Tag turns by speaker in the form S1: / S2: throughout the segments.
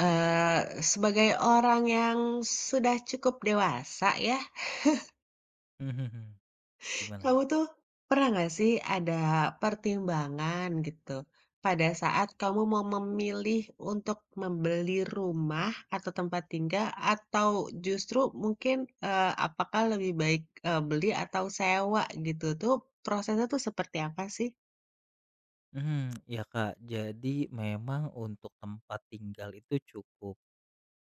S1: Sebagai orang yang sudah cukup dewasa ya,
S2: Mhm,
S1: kamu
S2: gimana?
S1: tuh pernah nggak sih ada pertimbangan gitu pada saat kamu mau memilih untuk membeli rumah atau tempat tinggal atau justru mungkin, apakah lebih baik, beli atau sewa gitu tuh prosesnya tuh seperti apa sih?
S2: Mhm, ya Kak, jadi memang untuk tempat tinggal itu cukup,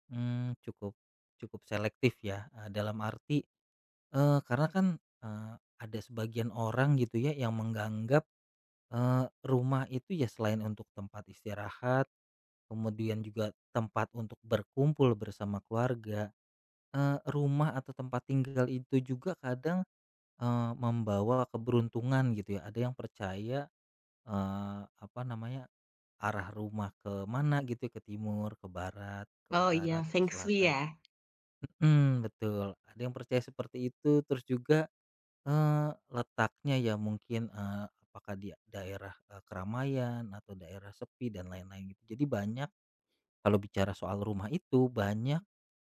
S2: mmm, cukup cukup selektif ya, dalam arti, karena kan, eee, ada sebagian orang gitu ya yang menganggap, rumah itu ya selain untuk tempat istirahat, kemudian juga tempat untuk berkumpul bersama keluarga, rumah atau tempat tinggal itu juga kadang, membawa keberuntungan gitu ya. Ada yang percaya apa namanya, arah rumah ke mana gitu, ya, ke timur, ke barat, ke
S1: Oh
S2: utara,
S1: iya,
S2: atau ke
S1: feng shui
S2: selatan.
S1: ya?
S2: Mhm, betul. Ada yang percaya seperti itu, terus juga, letaknya ya mungkin, apakah di daerah, keramaian atau daerah sepi dan lain-lain gitu. Jadi kalau bicara soal rumah itu banyak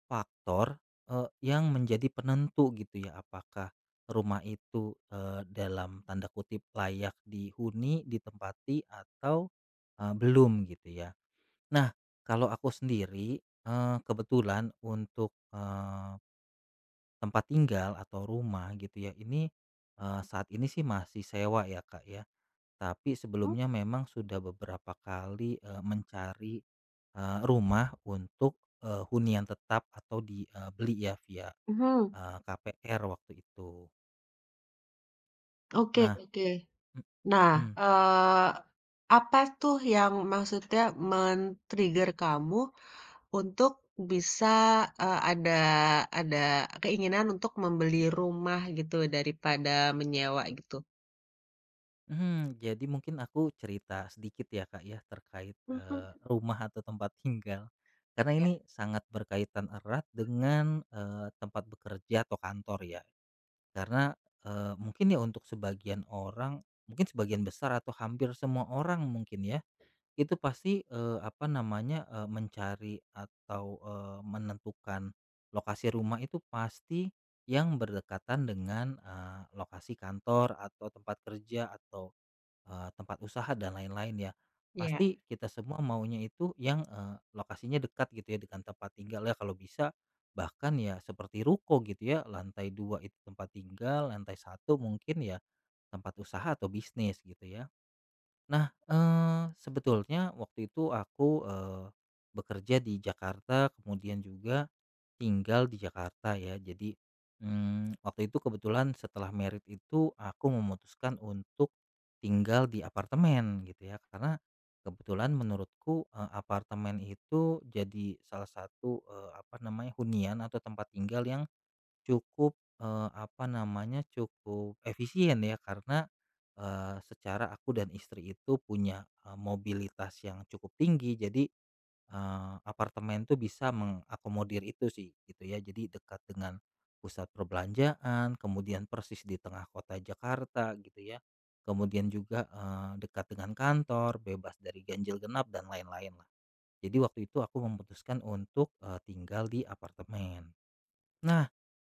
S2: faktor, yang menjadi penentu gitu ya, apakah rumah itu, dalam tanda kutip layak dihuni, ditempati atau, belum gitu ya. Nah, kalau aku sendiri, kebetulan untuk, tempat tinggal atau rumah gitu ya, ini, saat ini sih masih sewa ya, Kak, ya. Tapi
S1: Mmm.
S2: sebelumnya memang sudah beberapa kali, mencari, rumah untuk, hunian tetap atau beli ya via,
S1: Mhm,
S2: KPR waktu itu.
S1: oke
S2: Nah,
S1: oke. Nah,
S2: mhm,
S1: eee, apa tuh yang maksudnya men-trigger kamu untuk bisa, eee, ada ada keinginan untuk membeli rumah gitu daripada menyewa gitu?
S2: mhm, jadi mungkin aku cerita sedikit ya, Kak, ya terkait,
S1: Mhm.
S2: rumah atau tempat tinggal. Karena
S1: Ya
S2: ini sangat berkaitan erat dengan, tempat bekerja atau kantor ya. Karena, mungkin ya untuk sebagian orang, mungkin sebagian besar atau hampir semua orang mungkin ya itu pasti, apa namanya, mencari atau, menentukan lokasi rumah itu pasti yang berdekatan dengan, lokasi kantor atau tempat kerja atau, tempat usaha dan lain-lain ya.
S1: ya.
S2: Pasti kita semua maunya itu yang, lokasinya dekat gitu ya dengan tempat tinggal ya kalau bisa bahkan ya seperti ruko gitu ya, lantai 2 itu tempat tinggal, lantai 1 mungkin ya tempat usaha atau bisnis gitu ya. Nah, sebetulnya waktu itu aku, bekerja di Jakarta, kemudian juga tinggal di Jakarta ya. Jadi, waktu itu kebetulan setelah merit itu aku memutuskan untuk tinggal di apartemen gitu ya, karena kebetulan menurutku, apartemen itu jadi salah satu, apa namanya, hunian atau tempat tinggal yang cukup, apa namanya, cukup efisien ya karena, secara aku dan istri itu punya, mobilitas yang cukup tinggi jadi, apartemen tuh bisa mengakomodir itu sih gitu ya. Jadi dekat dengan pusat perbelanjaan, kemudian persis di tengah kota Jakarta gitu ya. Kemudian juga, dekat dengan kantor, bebas dari ganjil genap dan lain-lain lah. Jadi waktu itu aku memutuskan untuk, tinggal di apartemen. Nah,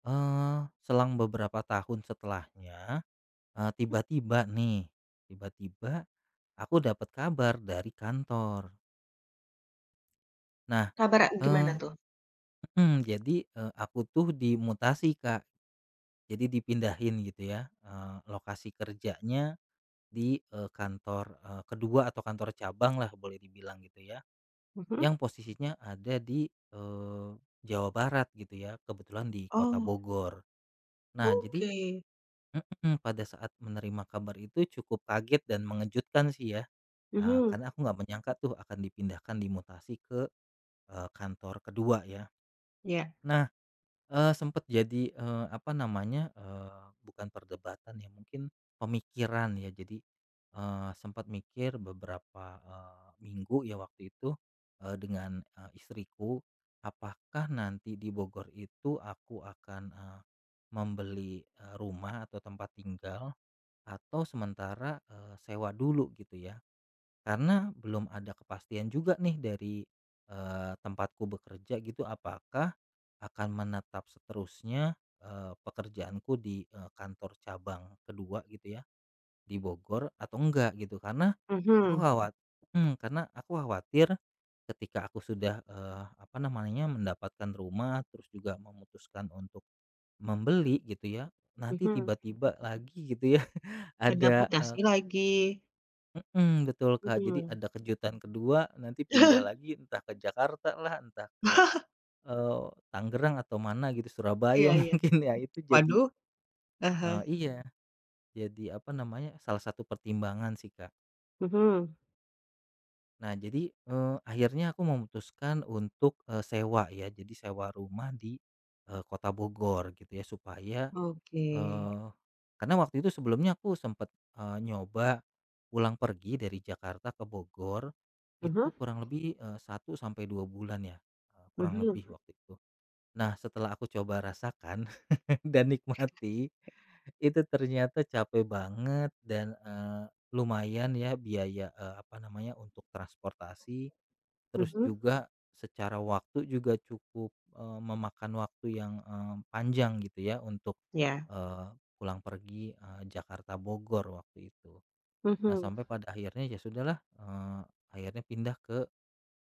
S2: Selang beberapa tahun setelahnya, tiba-tiba nih, tiba-tiba aku dapat kabar dari kantor. Nah,
S1: Kabar gimana
S2: eee
S1: tuh?
S2: jadi, aku tuh dimutasi, Kak. Jadi dipindahin gitu ya, lokasi kerjanya di, kantor, ke atau kantor cabang lah boleh dibilang gitu ya,
S1: Mhm.
S2: yang posisinya ada di, eee, Jawa Barat gitu ya, kebetulan di kota
S1: Oh,
S2: Bogor. Nah jadi,
S1: oke.
S2: mhm, pada saat menerima kabar itu cukup kaget dan mengejutkan sih ya,
S1: Mhm.
S2: karena aku nggak menyangka tuh akan dipindahkan dimutasi ke, kantor kedua ya.
S1: Ya.
S2: Nah, sempet jadi, apa namanya, bukan perdebatan ya mungkin pemikiran ya jadi, sempat mikir beberapa, minggu ya waktu itu, dengan, istriku, apakah nanti di Bogor itu aku akan, membeli, rumah atau tempat tinggal atau sementara, sewa dulu gitu ya. Karena belum ada kepastian juga nih dari, tempatku bekerja gitu apakah akan menetap seterusnya, pekerjaanku di, kantor cabang kedua gitu ya, di Bogor atau enggak gitu. Aku
S1: Mhm
S2: khawatir karena aku khawatir ketika aku sudah, apa namanya, mendapatkan rumah terus juga memutuskan untuk membeli gitu ya, nanti
S1: mhm.
S2: tiba-tiba lagi gitu ya
S1: Ada
S2: ada,
S1: mutasi lagi.
S2: Mhm, betul Kak, jadi
S1: Mhm.
S2: ada kejutan kedua nanti pindah lagi entah ke Jakarta lah, entah ke, eee, Tangerang atau mana gitu, Surabaya
S1: Iya iya.
S2: mungkin ya itu jadi
S1: Waduh. Ah.
S2: iya, jadi apa namanya, salah satu pertimbangan sih Kak.
S1: Mhm.
S2: Nah jadi, akhirnya aku memutuskan untuk, sewa ya, jadi sewa rumah di, kota Bogor gitu ya supaya
S1: Oke.
S2: Eee, karena waktu itu sebelumnya aku sempat nyoba pulang pergi dari Jakarta ke Bogor, itu
S1: Mhm
S2: kurang lebih, 1 sampai 2 bulan ya, kurang lebih
S1: mhm.
S2: waktu itu. Nah setelah aku coba rasakan dan nikmati, itu ternyata capek banget dan, lumayan ya biaya, apa namanya, untuk transportasi. Terus
S1: Mhm,
S2: juga secara waktu juga cukup, memakan waktu yang, panjang gitu ya untuk,
S1: ya.
S2: eee, pulang pergi, Jakarta Bogor waktu itu. Nah
S1: Mhm
S2: sampai pada akhirnya ya sudahlah, akhirnya pindah ke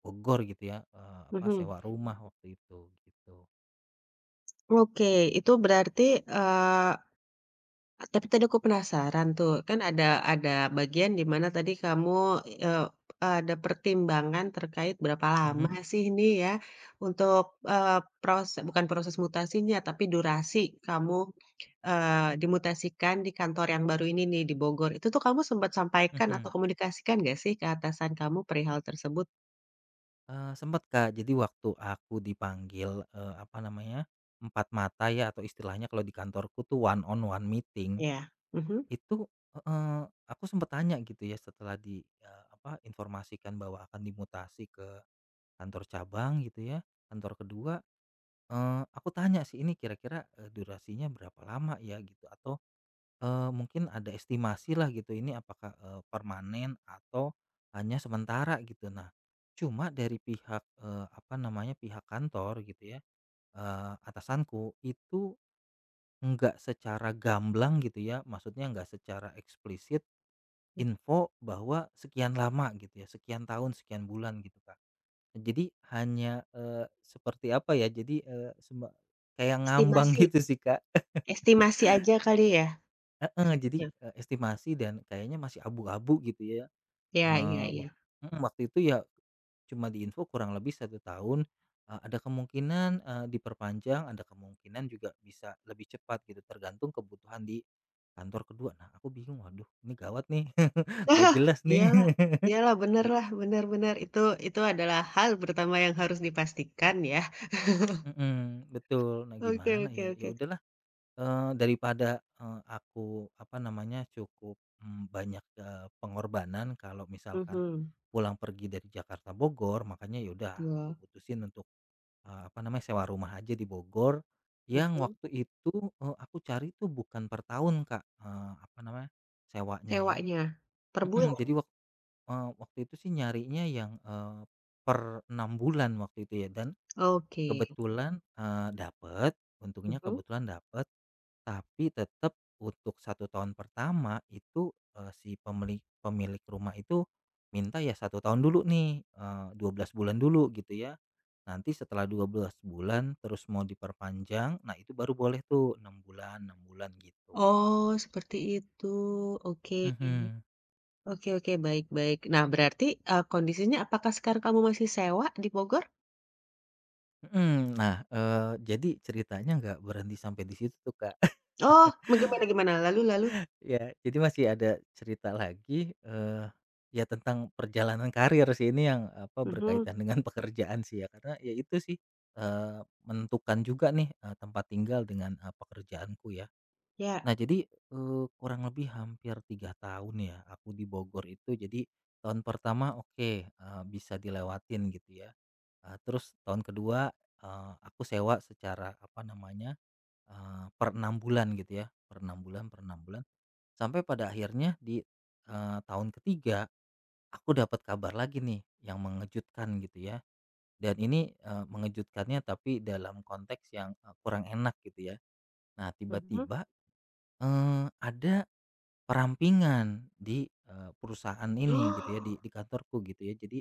S2: Bogor gitu ya, apa,
S1: mhm.
S2: sewa rumah waktu itu gitu.
S1: Oke, itu berarti, eh, tapi tadi aku penasaran tuh, kan ada bagian di mana tadi kamu, eee, ada pertimbangan terkait berapa lama
S2: Mhm,
S1: sih ini ya untuk, eee, prose bukan proses mutasinya, tapi durasi kamu, dimutasikan di kantor yang baru ini nih di Bogor. Itu tuh kamu sempat sampaikan
S2: mhm.
S1: atau komunikasikan nggak sih ke atasan kamu perihal tersebut?
S2: Sempet Kak, jadi waktu aku dipanggil, apa namanya, empat mata ya atau istilahnya kalau di kantorku tuh one on one meeting.
S1: Ya. Mhm.
S2: Itu, heeh, aku sempat tanya gitu ya setelah di, apa, informasikan bahwa akan dimutasi ke kantor cabang gitu ya, kantor kedua, aku tanya sih, "Ini kira-kira, durasinya berapa lama ya?" Gitu, atau, mungkin ada estimasi lah gitu, ini apakah, permanen atau hanya sementara gitu. Nah, cuma dari pihak, apa namanya, pihak kantor gitu ya, atasanku itu nggak secara gamblang gitu ya, maksudnya nggak secara eksplisit info bahwa sekian lama gitu ya, sekian tahun, sekian bulan gitu, Kak. Jadi hanya, seperti apa ya, jadi, kayak ngambang
S1: Estimasi
S2: gitu sih, Kak.
S1: estimasi aja kali ya?
S2: Heeh, jadi,
S1: Iya.
S2: estimasi dan kayaknya masih abu-abu gitu ya,
S1: Iya iya
S2: eee, wa
S1: iya.
S2: mhm, waktu itu ya cuma diinfo kurang lebih 1 tahun, ada kemungkinan, diperpanjang, ada kemungkinan juga bisa lebih cepat gitu, tergantung kebutuhan di kantor kedua. Nah, aku bingung, "Waduh, ini gawat nih, nggak
S1: Ah.
S2: jelas nih."
S1: Iyalah iyalah, bener lah, bener bener. Itu adalah hal pertama yang harus dipastikan ya.
S2: Mhm, betul. Nah
S1: Oke
S2: gimana
S1: oke
S2: ya, ya
S1: oke.
S2: udahlah, daripada, aku apa namanya, cukup, banyak, pengorbanan kalau misalkan
S1: Mhm,
S2: pulang pergi dari Jakarta Bogor, makanya ya udah aku
S1: betul.
S2: putusin untuk, apa namanya, sewa rumah aja di Bogor, yang
S1: Mhm.
S2: waktu itu, aku cari tuh bukan per tahun Kak, apa namanya, sewanya ya,
S1: Sewanya? Per
S2: mhm,
S1: bulan?
S2: jadi waktu itu sih nyarinya yang, per 6 bulan waktu itu ya dan
S1: Oke.
S2: kebetulan, dapet, untungnya
S1: Mhm.
S2: kebetulan dapet, tapi tetap untuk 1 tahun pertama itu, si pemilik pemilik rumah itu minta ya 1 tahun dulu nih, eh, 12 bulan dulu gitu ya. Nanti setelah 12 bulan terus mau diperpanjang, nah itu baru boleh tuh 6 bulan 6 bulan gitu.
S1: Oh, seperti itu. Oke.
S2: Mhm.
S1: Oke oke, baik baik. Nah, berarti, kondisinya apakah sekarang kamu masih sewa di Bogor?
S2: Mhm. Nah, jadi ceritanya nggak berhenti sampai di situ tuh, Kak.
S1: Oh, bagaimana, gimana? Lalu lalu?
S2: Ya jadi masih ada cerita lagi, ya tentang perjalanan karir sih ini yang, apa,
S1: Mhm,
S2: berkaitan dengan pekerjaan sih ya karena ya itu sih, eee, menentukan juga nih, tempat tinggal dengan, pekerjaanku ya.
S1: ya.
S2: Nah jadi, kurang lebih hampir 3 tahun ya aku di Bogor itu jadi tahun pertama oke, bisa dilewatin gitu ya, terus tahun kedua 2 aku sewa secara, apa namanya, per 6 bulan gitu ya, per 6 bulan per 6 bulan. Sampai pada akhirnya di, tahun ketiga aku dapat kabar lagi nih yang mengejutkan gitu ya, dan ini, mengejutkannya tapi dalam konteks yang, kurang enak gitu ya. Nah
S1: Mhm.
S2: tiba-tiba, ada perampingan di, perusahaan ini gitu ya di kantorku gitu ya. Jadi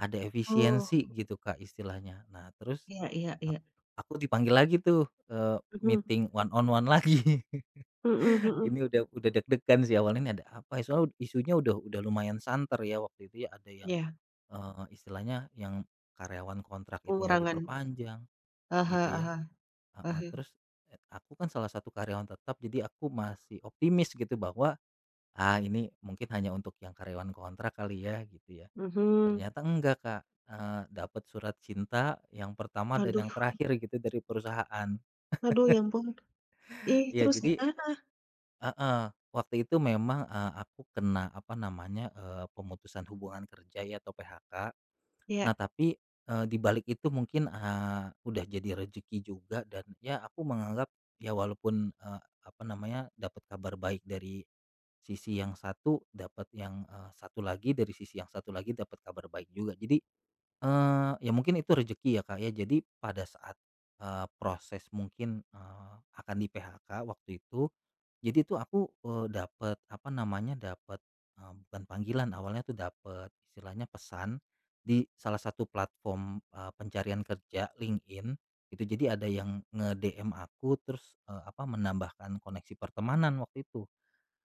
S2: ada
S1: Oh,
S2: efisiensi gitu Kak istilahnya. Nah terus
S1: iya iya
S2: ak
S1: iya.
S2: aku dipanggil lagi tuh, eee,
S1: Mhm,
S2: meeting one on one lagi.
S1: mhm
S2: Ini
S1: mhm.
S2: udah deg-degan sih awalnya ini ada apa ya, soalnya isunya udah lumayan santer ya waktu itu ya, ada yang,
S1: Ya,
S2: istilahnya yang karyawan kontrak itu nggak
S1: pengurangan.
S2: diperpanjang
S1: Ah hah
S2: gitu
S1: ah
S2: ya,
S1: hah, ah.
S2: heeh, terus, aku kan salah satu karyawan tetap jadi aku masih optimis gitu bahwa, ah, ini mungkin hanya untuk yang karyawan kontrak kali ya gitu ya,
S1: Mhm.
S2: ternyata enggak Kak, dapet surat cinta yang pertama dan
S1: Aduh
S2: yang terakhir gitu dari perusahaan.
S1: aduh ya ampun. Ih,
S2: Iya,
S1: terus
S2: jadi,
S1: gimana?
S2: heeh, waktu itu memang, aku kena, apa namanya, pemutusan hubungan kerja ya atau PHK. Nah
S1: Ya.
S2: tapi, di balik itu mungkin, udah jadi rezeki juga dan ya aku menganggap ya walaupun, apa namanya, dapat kabar baik dari sisi yang satu, dapat yang, satu lagi, dari sisi yang satu lagi dapat kabar baik juga. Jadi, ya mungkin itu rezeki ya, Kak, ya. Jadi pada saat, proses mungkin, akan di-PHK waktu itu jadi tuh aku, dapet apa namanya, dapet, bukan panggilan awalnya tuh dapet istilahnya pesan di salah satu platform, pencarian kerja LinkedIn itu. Jadi ada yang nge-DM aku terus, apa menambahkan koneksi pertemanan waktu itu.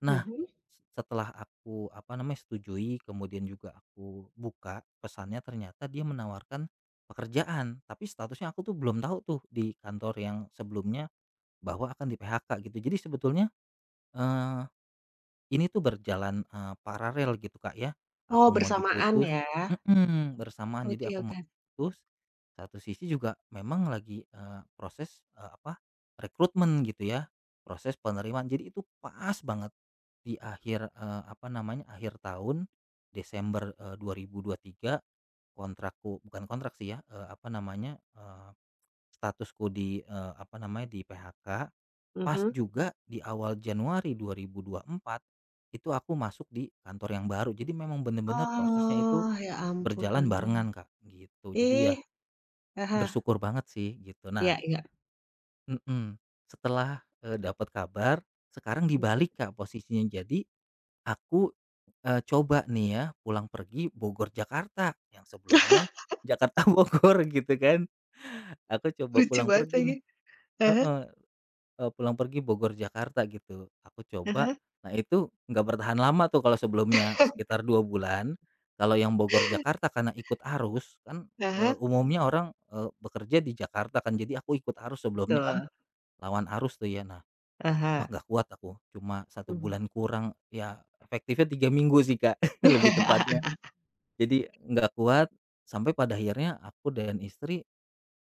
S2: Nah,
S1: Mhm.
S2: setelah aku apa namanya, setujui kemudian juga aku buka pesannya ternyata dia menawarkan pekerjaan, tapi statusnya aku tuh belum tahu tuh di kantor yang sebelumnya bahwa akan di-PHK gitu. Jadi sebetulnya, ini tuh berjalan, paralel gitu, Kak, ya.
S1: Oh,
S2: Aku mau
S1: bersamaan
S2: diputus.
S1: ya?
S2: Mhm, bersamaan. Jadi
S1: Oke
S2: aku mau
S1: oke.
S2: putus, satu sisi juga memang lagi, proses, apa, rekrutmen gitu ya, proses penerimaan. Jadi itu pas banget di akhir, apa namanya, akhir tahun Desember, 2023 kontrakku bukan kontrak sih ya, apa namanya, statusku di, apa namanya, di-PHK. Pas
S1: Mhm.
S2: juga di awal Januari 2024, itu aku masuk di kantor yang baru. Jadi memang bener-bener prosesnya itu
S1: Oh, ya
S2: berjalan barengan,
S1: ampun.
S2: Kak, gitu. Jadi ya
S1: Ih, ah,
S2: bersyukur banget sih gitu. Nah,
S1: ya iya iya.
S2: mhm, setelah, dapat kabar, sekarang
S1: Mhm.
S2: dibalik, Kak, posisinya. Jadi aku, coba nih ya pulang pergi Bogor, Jakarta, yang sebelumnya Jakarta, Bogor gitu kan. Aku coba
S1: Lucu
S2: pulang
S1: banget
S2: pergi
S1: lagi.
S2: nih,
S1: Ah hah,
S2: heeh. Pulang pergi Bogor, Jakarta gitu. Aku
S1: ah
S2: coba,
S1: hah,
S2: nah itu nggak bertahan lama tuh kalau sebelumnya sekitar 2 bulan. Kalau yang Bogor, Jakarta karena ikut arus kan,
S1: ah hah,
S2: umumnya orang, bekerja di Jakarta kan, jadi aku ikut arus sebelumnya kan
S1: betul.
S2: lawan arus tuh ya. Nah, wah
S1: Ah
S2: nggak kuat aku, cuma satu
S1: mhm.
S2: bulan kurang, ya efektifnya 3 minggu sih, Kak, lebih tepatnya. Jadi nggak kuat, sampai pada akhirnya aku dan istri,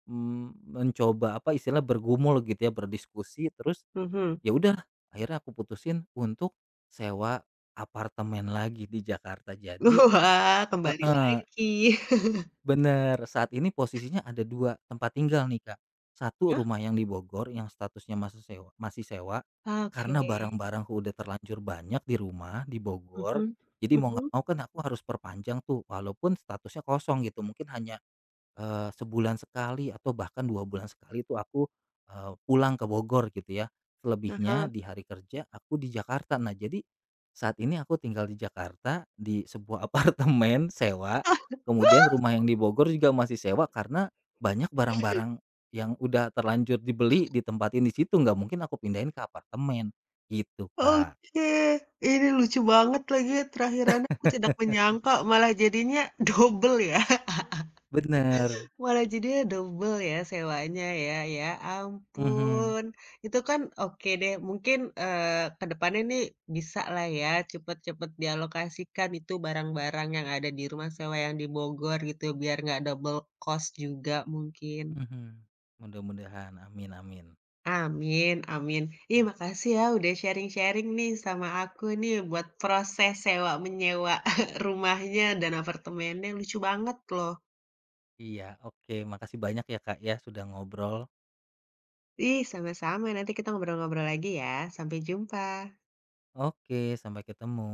S2: mencoba apa, istilah bergumul gitu ya, berdiskusi terus.
S1: Mhm.
S2: Ya udah, akhirnya aku putusin untuk sewa apartemen lagi di Jakarta. Jadi
S1: Wah, kembali
S2: heeh,
S1: lagi.
S2: bener, saat ini posisinya ada 2 tempat tinggal nih, Kak. Satu
S1: Ya.
S2: rumah yang di Bogor yang statusnya masih sewa,
S1: Oke.
S2: karena barang-barangku udah terlanjur banyak di rumah di
S1: Mhm.
S2: Bogor. Jadi mau nggak
S1: Mhm.
S2: mau kan aku harus perpanjang tuh, walaupun statusnya kosong gitu, mungkin hanya sebulan sekali atau bahkan 2 bulan sekali itu aku, pulang ke Bogor gitu ya. Selebihnya
S1: Ah.
S2: di hari kerja aku di Jakarta. Nah jadi, saat ini aku tinggal di Jakarta di sebuah apartemen sewa, kemudian rumah yang di Bogor juga masih sewa karena banyak barang-barang yang udah terlanjur dibeli ditempatin di situ, nggak mungkin aku pindahin ke apartemen, gitu Kak.
S1: Oke, ini lucu banget lagi terakhirannya, aku tidak menyangka malah jadinya double ya,
S2: Bener.
S1: malah jadinya double ya sewanya ya, ya
S2: Mhm,
S1: ampun. Itu kan oke deh mungkin, ke depannya nih bisalah ya cepet-cepet dialokasikan itu barang-barang yang ada di rumah sewa yang di Bogor gitu biar nggak double cost juga mungkin.
S2: mhm. Mudah-mudahan, amin, amin.
S1: Amin amin. Ih,
S2: Mhm.
S1: makasih ya udah sharing-sharing nih sama aku nih buat proses sewa-menyewa rumahnya dan apartemennya, lucu banget loh.
S2: Iya, oke. Makasih banyak ya, Kak, ya, sudah ngobrol.
S1: Ih, sama-sama, nanti kita ngobrol-ngobrol lagi ya. Sampai jumpa.
S2: Oke, sampai ketemu.